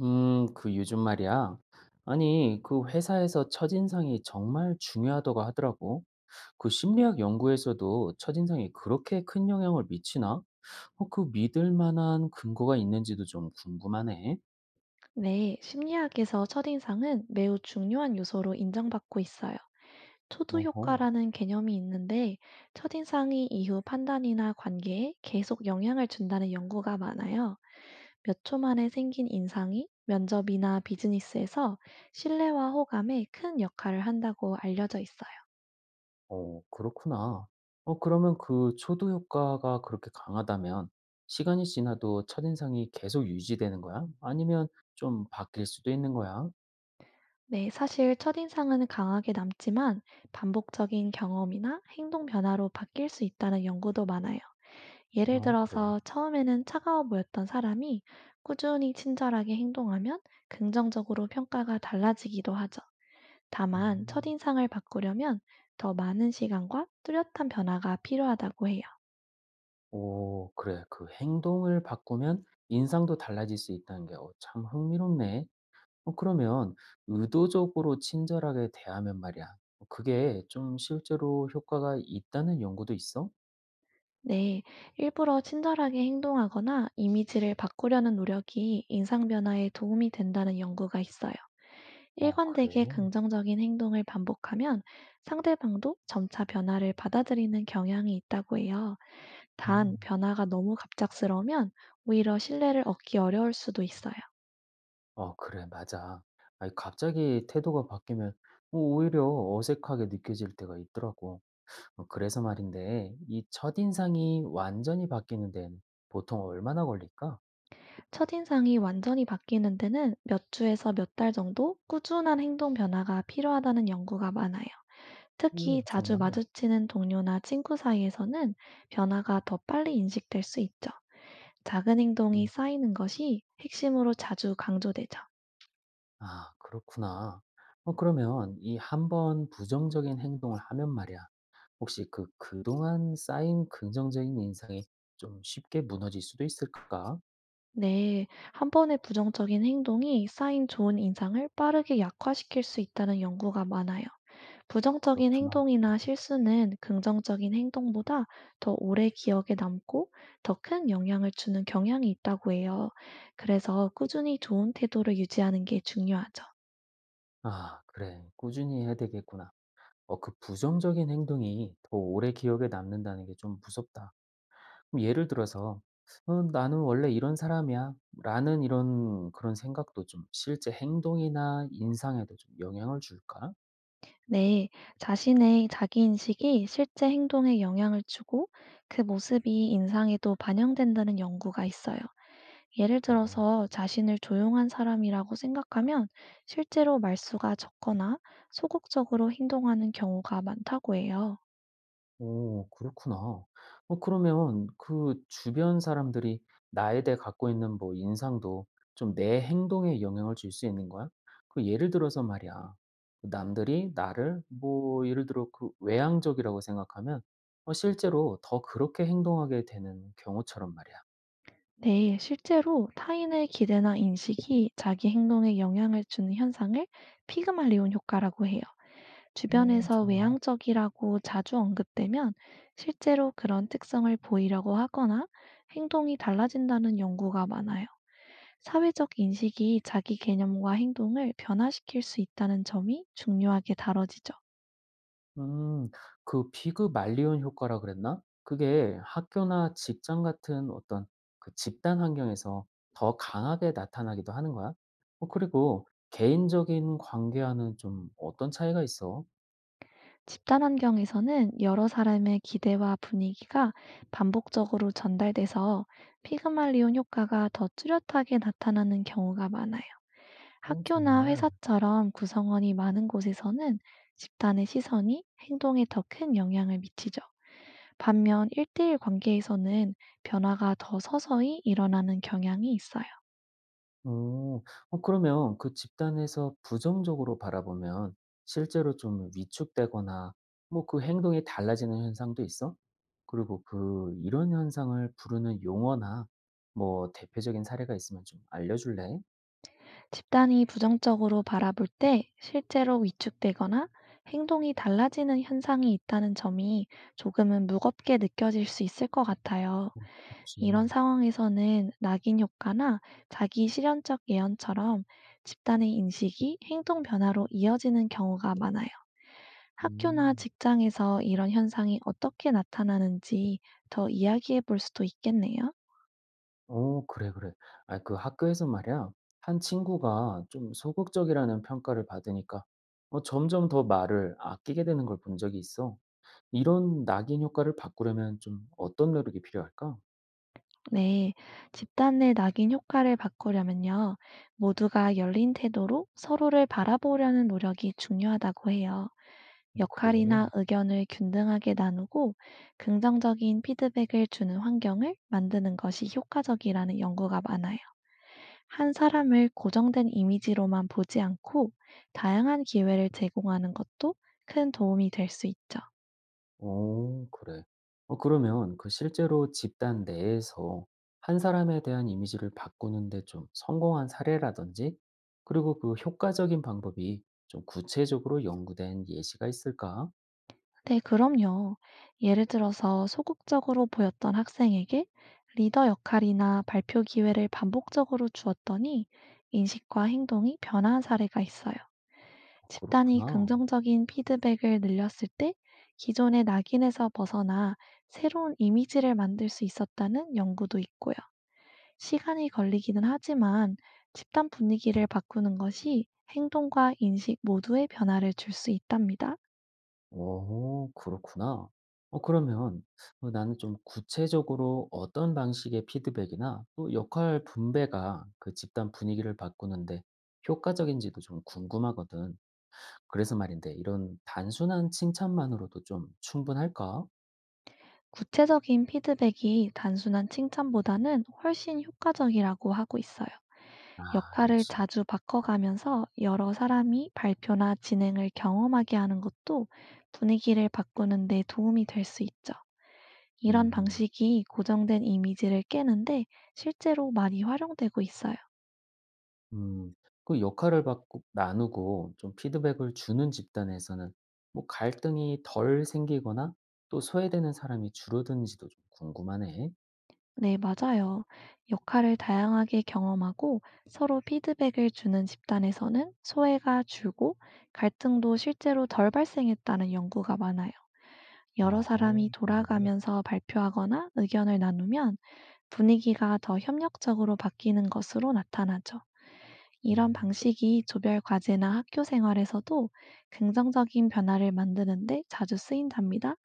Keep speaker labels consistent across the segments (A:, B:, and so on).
A: 그 요즘 말이야. 아니, 그 회사에서 첫인상이 정말 중요하다고 하더라고. 그 심리학 연구에서도 첫인상이 그렇게 큰 영향을 미치나? 그 믿을 만한 근거가 있는지도 좀 궁금하네.
B: 네, 심리학에서 첫인상은 매우 중요한 요소로 인정받고 있어요. 초두
A: 어허.
B: 효과라는 개념이 있는데, 첫인상이 이후 판단이나 관계에 계속 영향을 준다는 연구가 많아요. 몇 초 만에 생긴 인상이 면접이나 비즈니스에서 신뢰와 호감에 큰 역할을 한다고 알려져 있어요.
A: 어, 그렇구나. 그러면 그 초도 효과가 그렇게 강하다면 시간이 지나도 첫인상이 계속 유지되는 거야? 아니면 좀 바뀔 수도 있는 거야?
B: 네, 사실 첫인상은 강하게 남지만 반복적인 경험이나 행동 변화로 바뀔 수 있다는 연구도 많아요. 예를
A: 어, 그래.
B: 들어서 처음에는 차가워 보였던 사람이 꾸준히 친절하게 행동하면 긍정적으로 평가가 달라지기도 하죠. 다만,
A: 음.
B: 첫인상을 바꾸려면 더 많은 시간과 뚜렷한 변화가 필요하다고 해요.
A: 오, 그래. 그 행동을 바꾸면 인상도 달라질 수 있다는 게, 참 흥미롭네. 그러면 의도적으로 친절하게 대하면 말이야. 그게 좀 실제로 효과가 있다는 연구도 있어?
B: 네, 일부러 친절하게 행동하거나 이미지를 바꾸려는 노력이 인상 변화에 도움이 된다는 연구가 있어요.
A: 어, 그래.
B: 일관되게 긍정적인 행동을 반복하면 상대방도 점차 변화를 받아들이는 경향이 있다고 해요. 단,
A: 음.
B: 변화가 너무 갑작스러우면 오히려 신뢰를 얻기 어려울 수도 있어요.
A: 어, 그래. 맞아. 아니, 갑자기 태도가 바뀌면 오히려 어색하게 느껴질 때가 있더라고. 그래서 말인데, 이 첫인상이 완전히 바뀌는 데는 보통 얼마나 걸릴까?
B: 첫인상이 완전히 바뀌는 데는 몇 주에서 몇 달 정도 꾸준한 행동 변화가 필요하다는 연구가 많아요. 특히
A: 오,
B: 자주
A: 정말.
B: 마주치는 동료나 친구 사이에서는 변화가 더 빨리 인식될 수 있죠. 작은 행동이
A: 음.
B: 쌓이는 것이 핵심으로 자주 강조되죠.
A: 아, 그렇구나. 그러면 이 한번 부정적인 행동을 하면 말이야. 혹시 그 그동안 쌓인 긍정적인 인상이 좀 쉽게 무너질 수도 있을까?
B: 네, 한 번의 부정적인 행동이 쌓인 좋은 인상을 빠르게 약화시킬 수 있다는 연구가 많아요.
A: 아,
B: 부정적인
A: 그렇구나.
B: 행동이나 실수는 긍정적인 행동보다 더 오래 기억에 남고 더 큰 영향을 주는 경향이 있다고 해요. 그래서 꾸준히 좋은 태도를 유지하는 게 중요하죠.
A: 아, 그래. 꾸준히 해야 되겠구나. 그 부정적인 행동이 더 오래 기억에 남는다는 게 좀 무섭다. 그럼 예를 들어서, 나는 원래 이런 사람이야. 라는 이런 그런 생각도 좀 실제 행동이나 인상에도 좀 영향을 줄까?
B: 네, 자신의 자기인식이 실제 행동에 영향을 주고 그 모습이 인상에도 반영된다는 연구가 있어요. 예를
A: 그래.
B: 들어서 자신을 조용한 사람이라고 생각하면 실제로 말수가 적거나 소극적으로 행동하는 경우가 많다고 해요.
A: 오 그렇구나. 그러면 그 주변 사람들이 나에 대해 갖고 있는 뭐 인상도 좀 내 행동에 영향을 줄 수 있는 거야? 그 예를 들어서 말이야. 그 남들이 나를 뭐 예를 들어 그 외향적이라고 생각하면 실제로 더 그렇게 행동하게 되는 경우처럼 말이야.
B: 네, 실제로 타인의 기대나 인식이 자기 행동에 영향을 주는 현상을 피그말리온 효과라고 해요.
A: 오
B: 주변에서
A: 정말.
B: 외향적이라고 자주 언급되면 실제로 그런 특성을 보이려고 하거나 행동이 달라진다는 연구가 많아요. 사회적 인식이 자기 개념과 행동을 변화시킬 수 있다는 점이 중요하게 다뤄지죠.
A: 음, 그 비급 말리온 효과라 그랬나? 그게 학교나 직장 같은 어떤 그 집단 환경에서 더 강하게 나타나기도 하는 거야? 그리고 개인적인 관계와는 좀 어떤 차이가 있어?
B: 집단 환경에서는 여러 사람의 기대와 분위기가 반복적으로 전달돼서 피그말리온 효과가 더 뚜렷하게 나타나는 경우가 많아요.
A: 어,
B: 학교나
A: 정말.
B: 회사처럼 구성원이 많은 곳에서는 집단의 시선이 행동에 더 큰 영향을 미치죠. 반면 일대일 관계에서는 변화가 더 서서히 일어나는 경향이 있어요.
A: 어. 그러면 그 집단에서 부정적으로 바라보면 실제로 좀 위축되거나 뭐 그 행동이 달라지는 현상도 있어? 그리고 그 이런 현상을 부르는 용어나 뭐 대표적인 사례가 있으면 좀 알려줄래?
B: 집단이 부정적으로 바라볼 때 실제로 위축되거나 행동이 달라지는 현상이 있다는 점이 조금은 무겁게 느껴질 수 있을 것 같아요.
A: 어 그렇지.
B: 이런 상황에서는 낙인 효과나 자기 실현적 예언처럼 집단의 인식이 행동 변화로 이어지는 경우가 많아요. 학교나
A: 음.
B: 직장에서 이런 현상이 어떻게 나타나는지 더 이야기해 볼 수도 있겠네요.
A: 어 그래, 그래. 아 그 학교에서 말이야. 한 친구가 좀 소극적이라는 평가를 받으니까 점점 더 말을 아끼게 되는 걸 본 적이 있어. 이런 낙인 효과를 바꾸려면 좀 어떤 노력이 필요할까?
B: 네, 집단 내 낙인 효과를 바꾸려면요, 모두가 열린 태도로 서로를 바라보려는 노력이 중요하다고 해요.
A: 그래.
B: 역할이나 의견을 균등하게 나누고 긍정적인 피드백을 주는 환경을 만드는 것이 효과적이라는 연구가 많아요. 한 사람을 고정된 이미지로만 보지 않고 다양한 기회를 제공하는 것도 큰 도움이 될 수 있죠.
A: 어 그래. 그러면 그 실제로 집단 내에서 한 사람에 대한 이미지를 바꾸는 데 좀 성공한 사례라든지 그리고 그 효과적인 방법이 좀 구체적으로 연구된 예시가 있을까?
B: 네, 그럼요. 예를 들어서 소극적으로 보였던 학생에게 리더 역할이나 발표 기회를 반복적으로 주었더니 인식과 행동이 변화한 사례가 있어요.
A: 어
B: 집단이
A: 그렇구나.
B: 긍정적인 피드백을 늘렸을 때 기존의 낙인에서 벗어나 새로운 이미지를 만들 수 있었다는 연구도 있고요. 시간이 걸리기는 하지만 집단 분위기를 바꾸는 것이 행동과 인식 모두에 변화를 줄 수 있답니다.
A: 오 그렇구나. 그러면 나는 좀 구체적으로 어떤 방식의 피드백이나 또 역할 분배가 그 집단 분위기를 바꾸는데 효과적인지도 좀 궁금하거든. 그래서 말인데 이런 단순한 칭찬만으로도 좀 충분할까?
B: 구체적인 피드백이 단순한 칭찬보다는 훨씬 효과적이라고 하고 있어요.
A: 아
B: 역할을
A: 역시.
B: 자주 바꿔가면서 여러 사람이 발표나 진행을 경험하게 하는 것도 분위기를 바꾸는 데 도움이 될 수 있죠. 이런
A: 음.
B: 방식이 고정된 이미지를 깨는데 실제로 많이 활용되고 있어요.
A: 음. 그 역할을 받고 나누고 좀 피드백을 주는 집단에서는 뭐 갈등이 덜 생기거나 또 소외되는 사람이 줄어드는지도 좀 궁금하네.
B: 네, 맞아요. 역할을 다양하게 경험하고 서로 피드백을 주는 집단에서는 소외가 줄고 갈등도 실제로 덜 발생했다는 연구가 많아요. 여러 사람이
A: 어 정말?
B: 돌아가면서 발표하거나 의견을 나누면 분위기가 더 협력적으로 바뀌는 것으로 나타나죠. 이런
A: 음.
B: 방식이 조별 과제나 학교 생활에서도 긍정적인 변화를 만드는데 자주 쓰인답니다.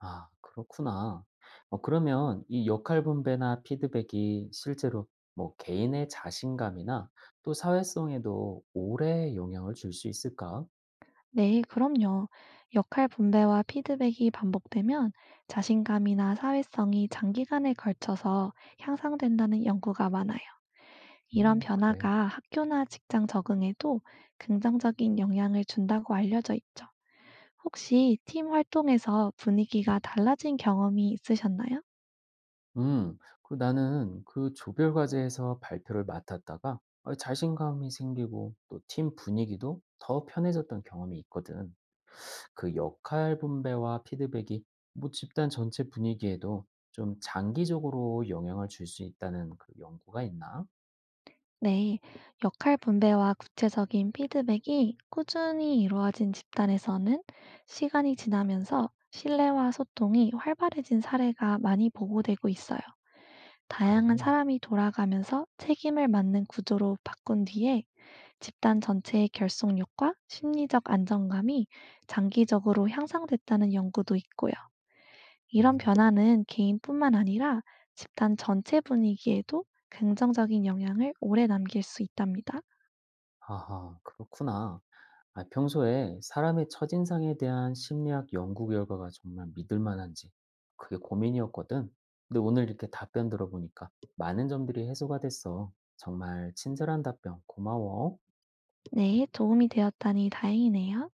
A: 아 그렇구나. 그러면 이 역할 분배나 피드백이 실제로 뭐 개인의 자신감이나 또 사회성에도 오래 영향을 줄 수 있을까?
B: 네, 그럼요. 역할 분배와 피드백이 반복되면 자신감이나 사회성이 장기간에 걸쳐서 향상된다는 연구가 많아요. 이런
A: 그래.
B: 변화가 학교나 직장 적응에도 긍정적인 영향을 준다고 알려져 있죠. 혹시 팀 활동에서 분위기가 달라진 경험이 있으셨나요?
A: 음. 그 나는 그 조별 과제에서 발표를 맡았다가 자신감이 생기고 또 팀 분위기도 더 편해졌던 경험이 있거든. 그 역할 분배와 피드백이 뭐 집단 전체 분위기에도 좀 장기적으로 영향을 줄 수 있다는 그 연구가 있나?
B: 네, 역할 분배와 구체적인 피드백이 꾸준히 이루어진 집단에서는 시간이 지나면서 신뢰와 소통이 활발해진 사례가 많이 보고되고 있어요.
A: 아, 그래.
B: 다양한 사람이 돌아가면서 책임을 맡는 구조로 바꾼 뒤에 집단 전체의 결속력과 심리적 안정감이 장기적으로 향상됐다는 연구도 있고요. 이런
A: 음,
B: 변화는 개인뿐만 아니라 집단 전체 분위기에도 긍정적인 영향을 오래 남길 수 있답니다.
A: 아하, 그렇구나. 아, 평소에 사람의 첫인상에 대한 심리학 연구 결과가 정말 믿을 만한지 그게 고민이었거든. 근데 오늘 이렇게 답변 들어보니까 많은 점들이 해소가 됐어. 정말 친절한 답변 고마워.
B: 네, 도움이 되었다니 다행이네요.